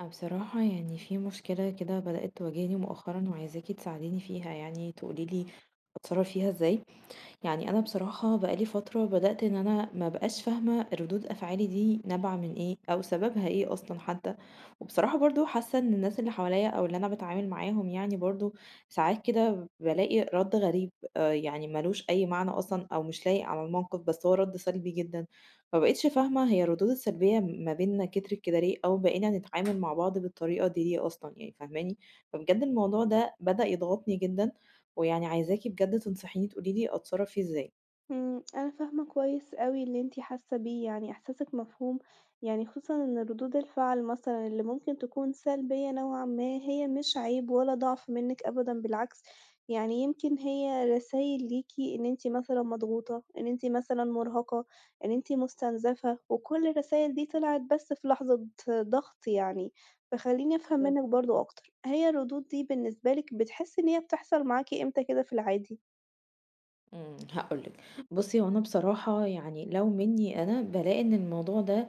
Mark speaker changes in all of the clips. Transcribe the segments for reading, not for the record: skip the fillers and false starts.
Speaker 1: أنا بصراحة في مشكلة كده بدأت تواجهني مؤخرا وعايزاكي تساعديني فيها تقوليلي أتصرف فيها ازاي. أنا بصراحة بقى لي فترة بدأت إن أنا ما بقاش فاهمة ردود أفعالي دي نابعة من إيه أو سببها إيه أصلا حتى. وبصراحة برضو حاسة إن الناس اللي حواليا أو اللي أنا بتعامل معاهم برضو ساعات كده بلاقي رد غريب. آه، ملوش أي معنى أصلا أو مش لايق على الموقف، بس هو رد سلبي جدا. فبقيتش فاهمة هي الردود السلبية ما بيننا كترت كده ليه، أو بقينا نتعامل مع بعض بالطريقة دي ليه أصلا، يعني فاهماني؟ فبجد الموضوع ده بدأ يضغطني جدا، ويعني عايزاكِ بجد تنصحيني تقولي لي أتصرّف فيه إزاي؟
Speaker 2: أنا فاهمة كويس أوي اللي أنتِ حاسة بيه، يعني إحساسِك مفهوم، يعني خصوصًا إن ردود الفعل مثلًا اللي ممكن تكون سلبية نوعًا ما هي مش عيب ولا ضعف منِك أبدًا بالعكس، يعني يمكن هي رسايل ليكِ إن أنتِ مثلًا مضغوطة، إن أنتِ مثلًا مرهقة، إن أنتِ مستنزفة، وكل الرسايل دي طلعت بس في لحظة ضغط يعني، فخلّيني أفهم
Speaker 1: بالضبط.
Speaker 2: منِك برضه أكتر، هي الردود دي بالنسبة لِك بتحسي إن هي بتحصل معاكِ إمتى كده في العادي؟
Speaker 1: إمم، هاقول لِك. بُصّي، هو أنا بصراحة لو منّي أنا بالاقي إن الموضوع ده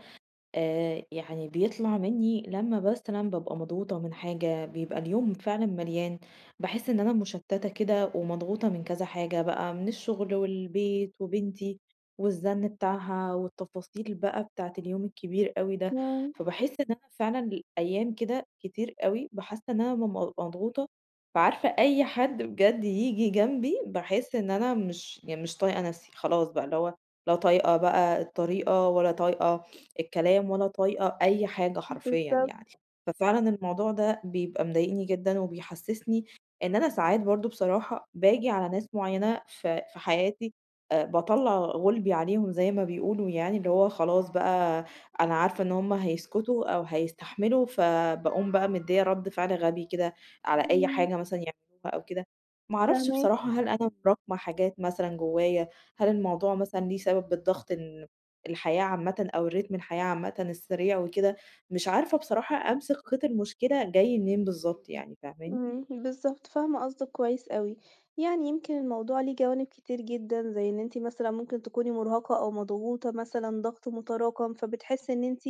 Speaker 1: يعني بيطلع منّي لمّا مثلًا بابقى مضغوطة من حاجة، بيبقى اليوم فعلًا مليان، باحس إن أنا مشتّتة كده ومضغوطة من كذا حاجة بقى، من الشغل والبيت وبنتي والزن بتاعها والتفاصيل بقى بتاعة اليوم الكبير أوي ده.
Speaker 2: إمم،
Speaker 1: فباحس إن أنا فعلًا أيام كده كتير أوي باحس إن أنا مضغوطة، فعارفة أي حد بجد ييجي جنبي باحس إن أنا مش مش طايقة نَفْسي، خلاص بقى اللي هو لا طايقة بقى الطريقة، ولا طايقة الكلام، ولا طايقة أي حاجة حرفيًا يعني.
Speaker 2: بالضبط.
Speaker 1: ففعلًا الموضوع ده بيبقى مضايقني جدًا وبيحسسني إن أنا ساعات برضه بصراحة باجي على ناس معينة في حياتي، باطلّع غُلبي عليهم زي ما بيقولوا يعني، اللي هو خلاص بقى أنا عارفة إن هُم هيسكتوا أو هيستحملوا، فباقوم بقى مديّة رَد فعل غبي كده على أي
Speaker 2: إمم،
Speaker 1: حاجة مثلًا يعملوها أو كده. ما أعرفش
Speaker 2: فاهماك.
Speaker 1: بصراحة، هل أنا مراكمة حاجات مثلًا جوايا؟ هل الموضوع مثلًا ليه سبب بالضغط، إن الحياة عامةً أو الريتم الحياة عامةً السريع وكده؟ مش عارفة بصراحة أمسك خيط المشكلة جاي منين بالضبط يعني، فاهماني؟
Speaker 2: إمم، بالضبط، فاهمة قصدِك كويس أوي، يعني يمكن الموضوع ليه جوانب كتير جدًا، زي إن أنتِ مثلًا ممكن تكوني مرهقة أو مضغوطة مثلًا، ضغط متراكم، فبتحسي إن أنتِ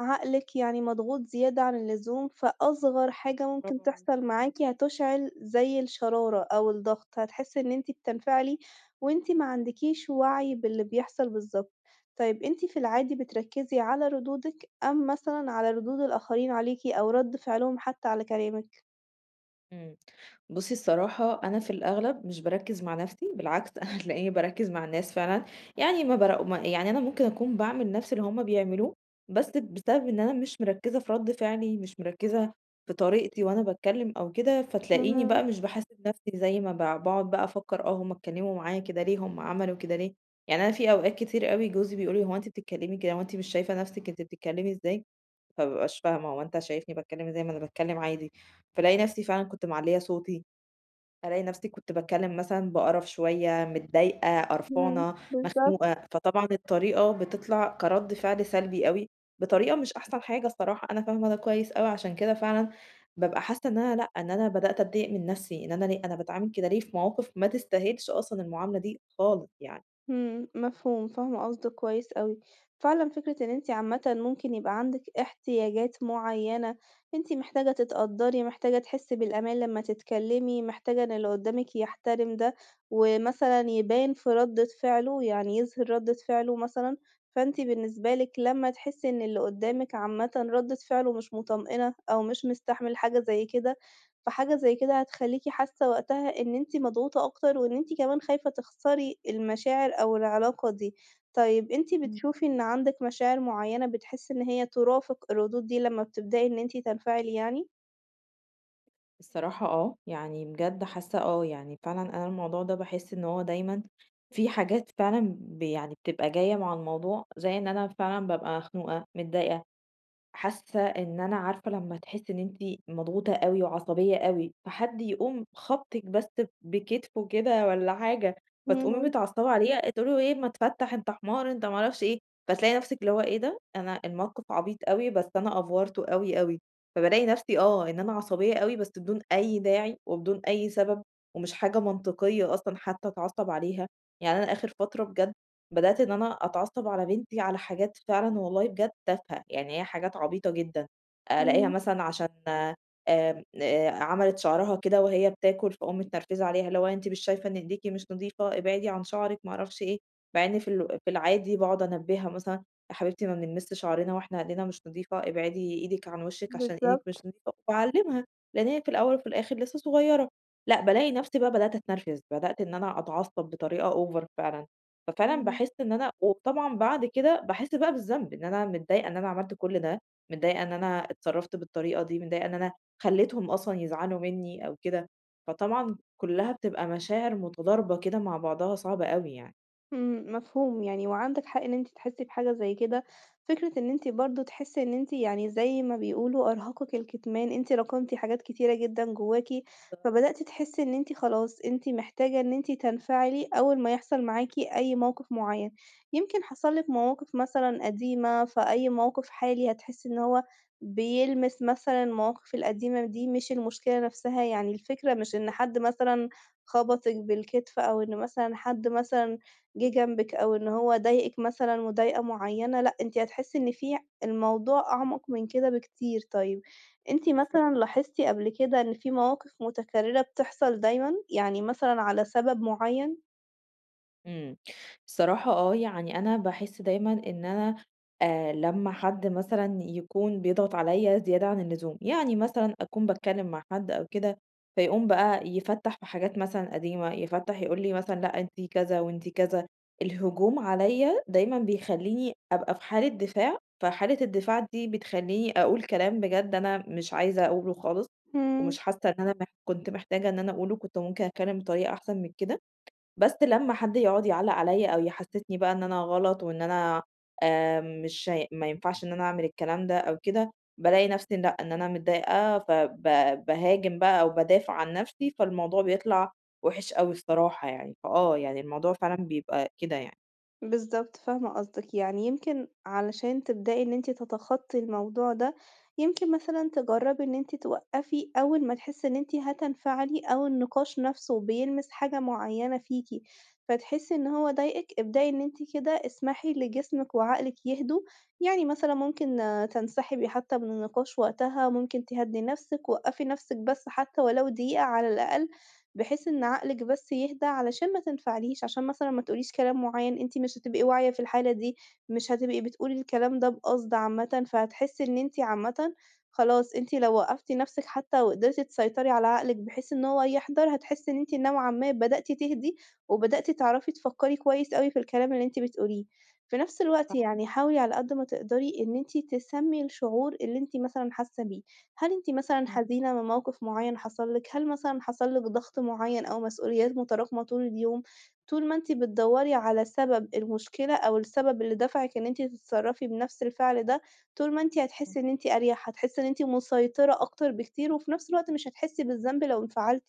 Speaker 2: عقلِك يعني مضغوط زيادة عن اللزوم، فأصغر حاجة ممكن
Speaker 1: برافو عليكِ
Speaker 2: تحصل
Speaker 1: بالضبط.
Speaker 2: معاكِ هتُشعل زي الشرارة أو الضغط، هتحسي إن أنتِ بتنفعلي وأنتِ ما عندكيش وعي باللي بيحصل بالضبط. طيب أنتِ في العادي بتركّزي على ردودِك أم مثلًا على ردود الآخرين عليكِ أو رَد فعلهم حتى على كلامِك؟
Speaker 1: إمم. بُصّي الصراحة أنا في الأغلب مش باركّز مع نَفْسي، بالعكس أنا هتلاقيني باركّز مع الناس فعلًا، يعني ما بر ما يعني أنا ممكن أكون باعمل نَفْس اللي هُم بيعملوه، بس بسبب إن أنا مش مركّزة في رَد فعلي، مش مركّزة في طريقتي وأنا باتكلّم أو كده، فتلاقيني
Speaker 2: إمم،
Speaker 1: بقى مش باحاسب نَفْسي زي ما باقعد بقى أفكّر آه هُم اتكلّموا معايا كده ليه، هُم عملوا كده ليه. يعني أنا في أوقات كتير أوي جوزي بيقول لي: "هو أنتِ بتتكلّمي كده، هو أنتِ مش شايفة نَفْسِك أنتِ بتتكلّمي إزاي؟" فما بابقاش فاهمة هو أنت شايفني باتكلم إزاي؟ ما أنا باتكلم عادي، فالاقي نفسي فعلًا كنت معلية صوتي، الاقي نفسي كنت باتكلم مثلًا بقرف شوية، متضايقة،
Speaker 2: إمم،
Speaker 1: قرفانة،
Speaker 2: بالضبط،
Speaker 1: مخنوقة، فطبعًا الطريقة بتطلع كرد فعل سلبي أوي، بطريقة مش أحسن حاجة الصراحة، أنا فاهمة ده كويس أوي، عشان كده فعلًا بابقى حاسة إن أنا لأ، إن أنا بدأت أتضايق من نفسي، إن أنا ليه أنا باتعامل كده ليه في مواقف ما تستاهلش أصلًا المعاملة دي خالص يعني.
Speaker 2: إمم، مفهوم، فاهمة قصدِك كويس أوي. فعلًا فكرة إن أنتِ عامةً ممكن يبقى عندِك احتياجات معيّنة، أنتِ محتاجة تتقدّري، محتاجة تحسّي بالأمان لمّا تتكلّمي، محتاجة إن اللي قدّامِك يحترم ده، ومثلًا يبان في ردّة فعله، يعني يظهر ردّة فعله مثلًا، فأنتِ بالنسبة لِك لمّا تحسّي إن اللي قدّامِك عامةً ردّة فعله مش مطمئنة أو مش مستحمل حاجة زي كده، فحاجة زي كده هتخلّيكِ حاسة وقتها إن أنتِ مضغوطة أكتر، وإن أنتِ كمان خايفة تخسري المشاعر أو العلاقة دي. طيب أنتِ
Speaker 1: إمم.
Speaker 2: بتشوفي إن عندِك مشاعر معيّنة بتحسي إن هي ترافق الردود دي لمّا بتبدئي إن أنتِ تنفعلي يعني؟
Speaker 1: الصراحة آه، بجد حاسة آه، فعلًا أنا الموضوع ده باحس إن هو دايمًا في حاجات فعلًا ب يعني بتبقى جاية مع الموضوع، زي إن أنا فعلًا بابقى مخنوقة، متضايقة، حاسة إن أنا عارفة لمّا تحسّي إن أنتِ مضغوطة أوي وعصبية أوي، فحد يقوم خابطِك بس بكتفه كده والّا حاجة، فتقومي
Speaker 2: إمم،
Speaker 1: متعصبة عليه تقولي له إيه ما تفتح أنت حمار أنت ما أعرفش إيه، فتلاقي نفسِك اللي هو إيه ده أنا الموقف عبيط أوي بس أنا أفورته أوي، أوي، فبالاقي نفسي آه، إن أنا عصبية أوي بس بدون أي داعي وبدون أي سبب، ومش حاجة منطقية أصلًا حتى أتعصب عليها. يعني أنا آخر فترة بجد بدأت إن أنا أتعصب على بنتي على حاجات فعلًا والله بجد تافهة، يعني هي حاجات عبيطة جدًا، ألاقيها
Speaker 2: إمم،
Speaker 1: مثلًا عشان عملت شعرها كده وهي بتاكل فاقوم متنرفزة عليها، اللي هو أنتِ مش شايفة إن إيديكِ مش نضيفة، ابعدي عن شعرِك ما أعرفش إيه، مع إن في العادي باقعد أنبهها مثلًا يا حبيبتي ما بنلمسش شعرنا وإحنا إيدينا مش نضيفة، ابعدي إيدِك عن وشِك عشان إيدِك
Speaker 2: بالضبط،
Speaker 1: مش نضيفة، وباعلمها لأن هي في الأول وفي الآخر لسه صغيرة، لأ بالاقي نفسي بقى بدأت أتنرفز، بدأت إن أنا أتعصب بطريقة over فعلًا. ففعلًا
Speaker 2: إمم.
Speaker 1: باحس إن أنا وطبعًا بعد كده باحس بقى بالذنب، إن أنا متضايقة إن أنا عملت كل ده، متضايقة إن أنا اتصرّفت بالطريقة دي، متضايقة إن أنا خلّيتهم أصلًا يزعلوا منّي أو كده، فطبعًا كلّها بتبقى مشاعر متضاربة كده مع بعضها صعبة أوي يعني.
Speaker 2: إمم، مفهوم يعني، وعندِك حق إن أنتِ تحسّي بحاجة زي كده، فكرة إن أنتِ برضه تحسّي إن أنتِ يعني زي ما بيقولوا أرهقِك الكتمان، أنتِ راكمتِ حاجات كتيرة جدًا جواكِ،
Speaker 1: بالضبط،
Speaker 2: فبدأتِ تحسّي إن أنتِ خلاص أنتِ محتاجة إن أنتِ تنفعلي أول ما يحصل معاكِ أي موقف معيّن، يمكن حصل لِك مواقف مثلًا قديمة، فأي موقف حالي هتحسّي إن هو بيلمس مثلًا المواقف القديمة دي مش المشكلة نفسها، يعني الفكرة مش إن حد مثلًا خبطِك بالكتف أو إن مثلًا حد مثلًا جِه جنبِك أو إن هو ضايقِك مثلًا مضايقة معيّنة، لأ، أنتِ هتحسّي إن في الموضوع أعمق من كده بكتير. طيب، أنتِ
Speaker 1: بالضبط.
Speaker 2: مثلًا لاحظتِ قبل كده إن في مواقف متكررة بتحصل دايمًا، يعني مثلًا على سبب معيّن؟
Speaker 1: إمم. الصراحة آه، يعني أنا باحس دايمًا إن أنا لمّا حد مثلًا يكون بيضغط عليّا زيادة عن اللزوم، يعني مثلًا أكون باتكلّم مع حد أو كده، فيقوم بقى يفتّح في حاجات مثلًا قديمة، يفتّح يقول لي مثلًا لأ أنتِ كذا وأنتِ كذا، الهجوم عليّا دايمًا بيخلّيني أبقى في حالة دفاع، فحالة الدفاع دي بتخلّيني أقول كلام بجد أنا مش عايزة أقوله خالص،
Speaker 2: إمم.
Speaker 1: ومش حاسة إن أنا كنت محتاجة إن أنا أقوله، كنت ممكن أتكلّم بطريقة أحسن من كده. بس لمّا حد يقعد يعلّق عليَّ أو يحسسني بقى إن أنا غلط وإن أنا مش هي- ما ينفعش إن أنا أعمل الكلام ده أو كده، بالاقي نفسي لأ، إن أنا متضايقة باهاجم بقى أو بادافع عن نفسي، فالموضوع بيطلع وِحِش أوي الصراحة يعني، فآه يعني الموضوع فعلًا بيبقى كده يعني.
Speaker 2: بالضبط، فاهمة قصدِك، يعني يمكن علشان تبدئي إن أنتِ تتخطّي الموضوع ده، يمكن مثلًا تجرّبي إن أنتِ توقّفي أول ما تحسّي إن أنتِ هتنفعلي أو النقاش نَفْسه بيلمس حاجة معيّنة فيكِ، فتحسّي إن هو ضايقِك، ابدئي إن أنتِ كده اسمحي لجسمِك وعقلِك يهدوا، يعني مثلًا ممكن تنسحبي حتى من النقاش وقتها، ممكن تهدّي نَفْسِك، وقّفي نَفْسِك بس حتى ولو دقيقة على الأقل، بحيث إن عقلِك بس يهدى علشان ما تنفعليش، عشان مثلًا ما تقوليش كلام معيّن أنتِ مش هتبقي واعية في الحالة دي، مش هتبقي بتقولي الكلام ده بقصد عامةً، فهتحسّي إن أنتِ عامةً خلاص أنتِ لو وقّفتِ نَفْسِك حتى وقدرتِ تسيطري على عقلِك بحيث إن هو يحضر، هتحسّي إن أنتِ نوعًا ما بدأتِ تهدي، وبدأتِ تعرفي تفكّري كويس أوي في الكلام اللي أنتِ بتقوليه. في نَفْس الوقت
Speaker 1: صح،
Speaker 2: يعني حاولي على قد ما تقدري إن أنتِ تسمّي الشعور اللي أنتِ مثلًا حاسة بيه. هل أنتِ مثلًا
Speaker 1: إمم،
Speaker 2: حزينة من موقف معيّن حصل لِك؟ هل مثلًا حصل لِك ضغط معيّن أو مسؤوليات متراكمة طول اليوم؟ طول ما أنتِ بتدوّري على سبب المشكلة أو السبب اللي دفعِك إن أنتِ تتصرّفي بنفس الفعل ده، طول ما أنتِ
Speaker 1: إمم،
Speaker 2: هتحسّي إن أنتِ أريح، هتحسّي إن أنتِ مسيطرة أكتر بكتير، وفي نفس الوقت مش هتحسّي بالذنب لو انفعلتِ،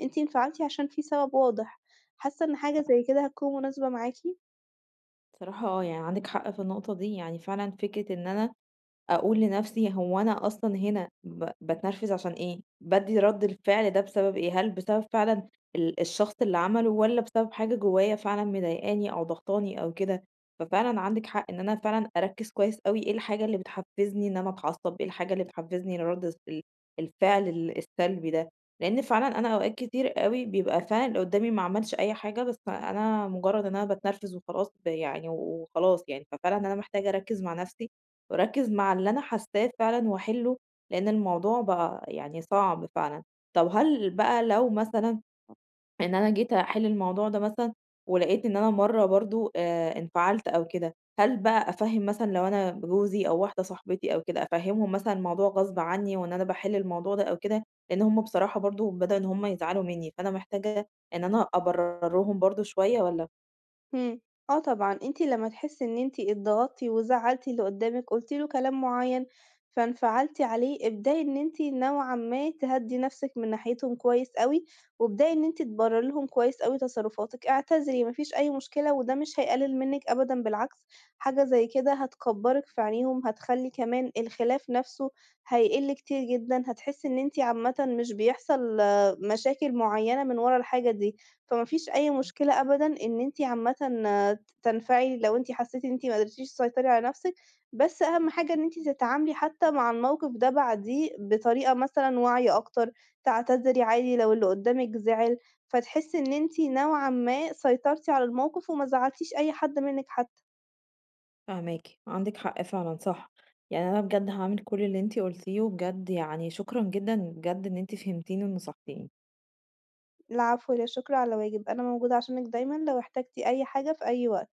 Speaker 2: أنتِ انفعلتِ عشان في سبب واضح. حاسة إن حاجة
Speaker 1: صح.
Speaker 2: زي كده هتكون مناسبة معاكِ؟
Speaker 1: بصراحة آه، يعني عندِك حق في النقطة دي، يعني فعلًا فكرة إن أنا أقول لنفسي هو أنا أصلًا هنا باتنرفز عشان إيه؟ بادّي رَد الفعل ده بسبب إيه؟ هل بسبب فعلًا الشخص اللي عمله والّا بسبب حاجة جوايا فعلًا مضايقاني أو ضاغطاني أو كده؟ ففعلًا عندِك حق إن أنا فعلًا أركّز كويس أوي إيه الحاجة اللي بتحفّزني إن أنا أتعصب، إيه الحاجة اللي بتحفّزني لرَد الس ال الفعل السلبي ده، لإن فعلًا أنا أوقات كتير أوي بيبقى فعلًا اللي قدّامي ما عملش أي حاجة بس أنا مجرّد إن أنا باتنرفز وخلاص ب يعني وخلاص يعني، ففعلًا أنا محتاجة أركّز مع نفسي وأركّز مع اللي أنا حاسّاه فعلًا وأحلّه، لإن الموضوع بقى يعني صعب فعلًا. طب هل بقى لو مثلًا إن أنا جيت أحِل الموضوع ده مثلًا ولقيت إن أنا مرّة برضه انفعلت أو كده، هل بقى أفهِّم مثلًا لو أنا جوزي أو واحدة صاحبتي أو كده، أفهِّمهم مثلًا الموضوع غصب عني وإن أنا باحِل الموضوع ده أو كده؟ لإن هم بصراحة برضه بدأوا إن هم يزعلوا منّي، فأنا محتاجة إن أنا أبرّرهم برضه شوية والّا.
Speaker 2: إمم. آه طبعًا، أنتِ لمّا تحسّي إن أنتِ اتضغطتِ وزعّلتِ اللي قدّامِك، قُلتِ له كلام معيّن فانفعلتِ عليه، ابدئي إن أنتِ نوعًا ما تهدّي نَفْسِك من ناحيتهم كويس أوي، وابدئي إن أنتِ تبرّري لهم كويس أوي تصرُّفاتِك، اعتذري ما فيش أي مشكلة وده مش هيقلِّل منِّك أبدًا بالعكس، حاجة زي كده هتكبّرِك في عينيهم، هتخلّي كمان الخلاف نَفْسه هيقِل كتير جدًا، هتحسّي إن أنتِ عامةً مش بيحصل مشاكل معيّنة من ورا الحاجة دي. فما فيش أي مشكلة أبدًا إن أنتِ عامةً تنفعلي لو أنتِ حسيتِ إن أنتِ ما قدرتيش تسيطري على نفسِك، بس أهم حاجة إن أنتِ تتعاملي حتى مع الموقف ده بعديه بطريقة مثلًا واعية أكتر، تعتذري عادي لو اللي قدّامِك زعل، فتحسي إن أنتِ نوعًا ما سيطرتِ على الموقف وما زعّلتيش أي حد منِّك حتى.
Speaker 1: فاهماكِ، عندِك حق فعلًا صح، يعني أنا بجد هاعمل كل اللي أنتِ قُلتيه، وبجد يعني شكرًا جدًا بجد إن أنتِ فهمتيني ونصحتيني.
Speaker 2: العفو، لا شكر على واجب، أنا موجودة عشانِك دايمًا لو احتجتِ أي حاجة في أي وقت.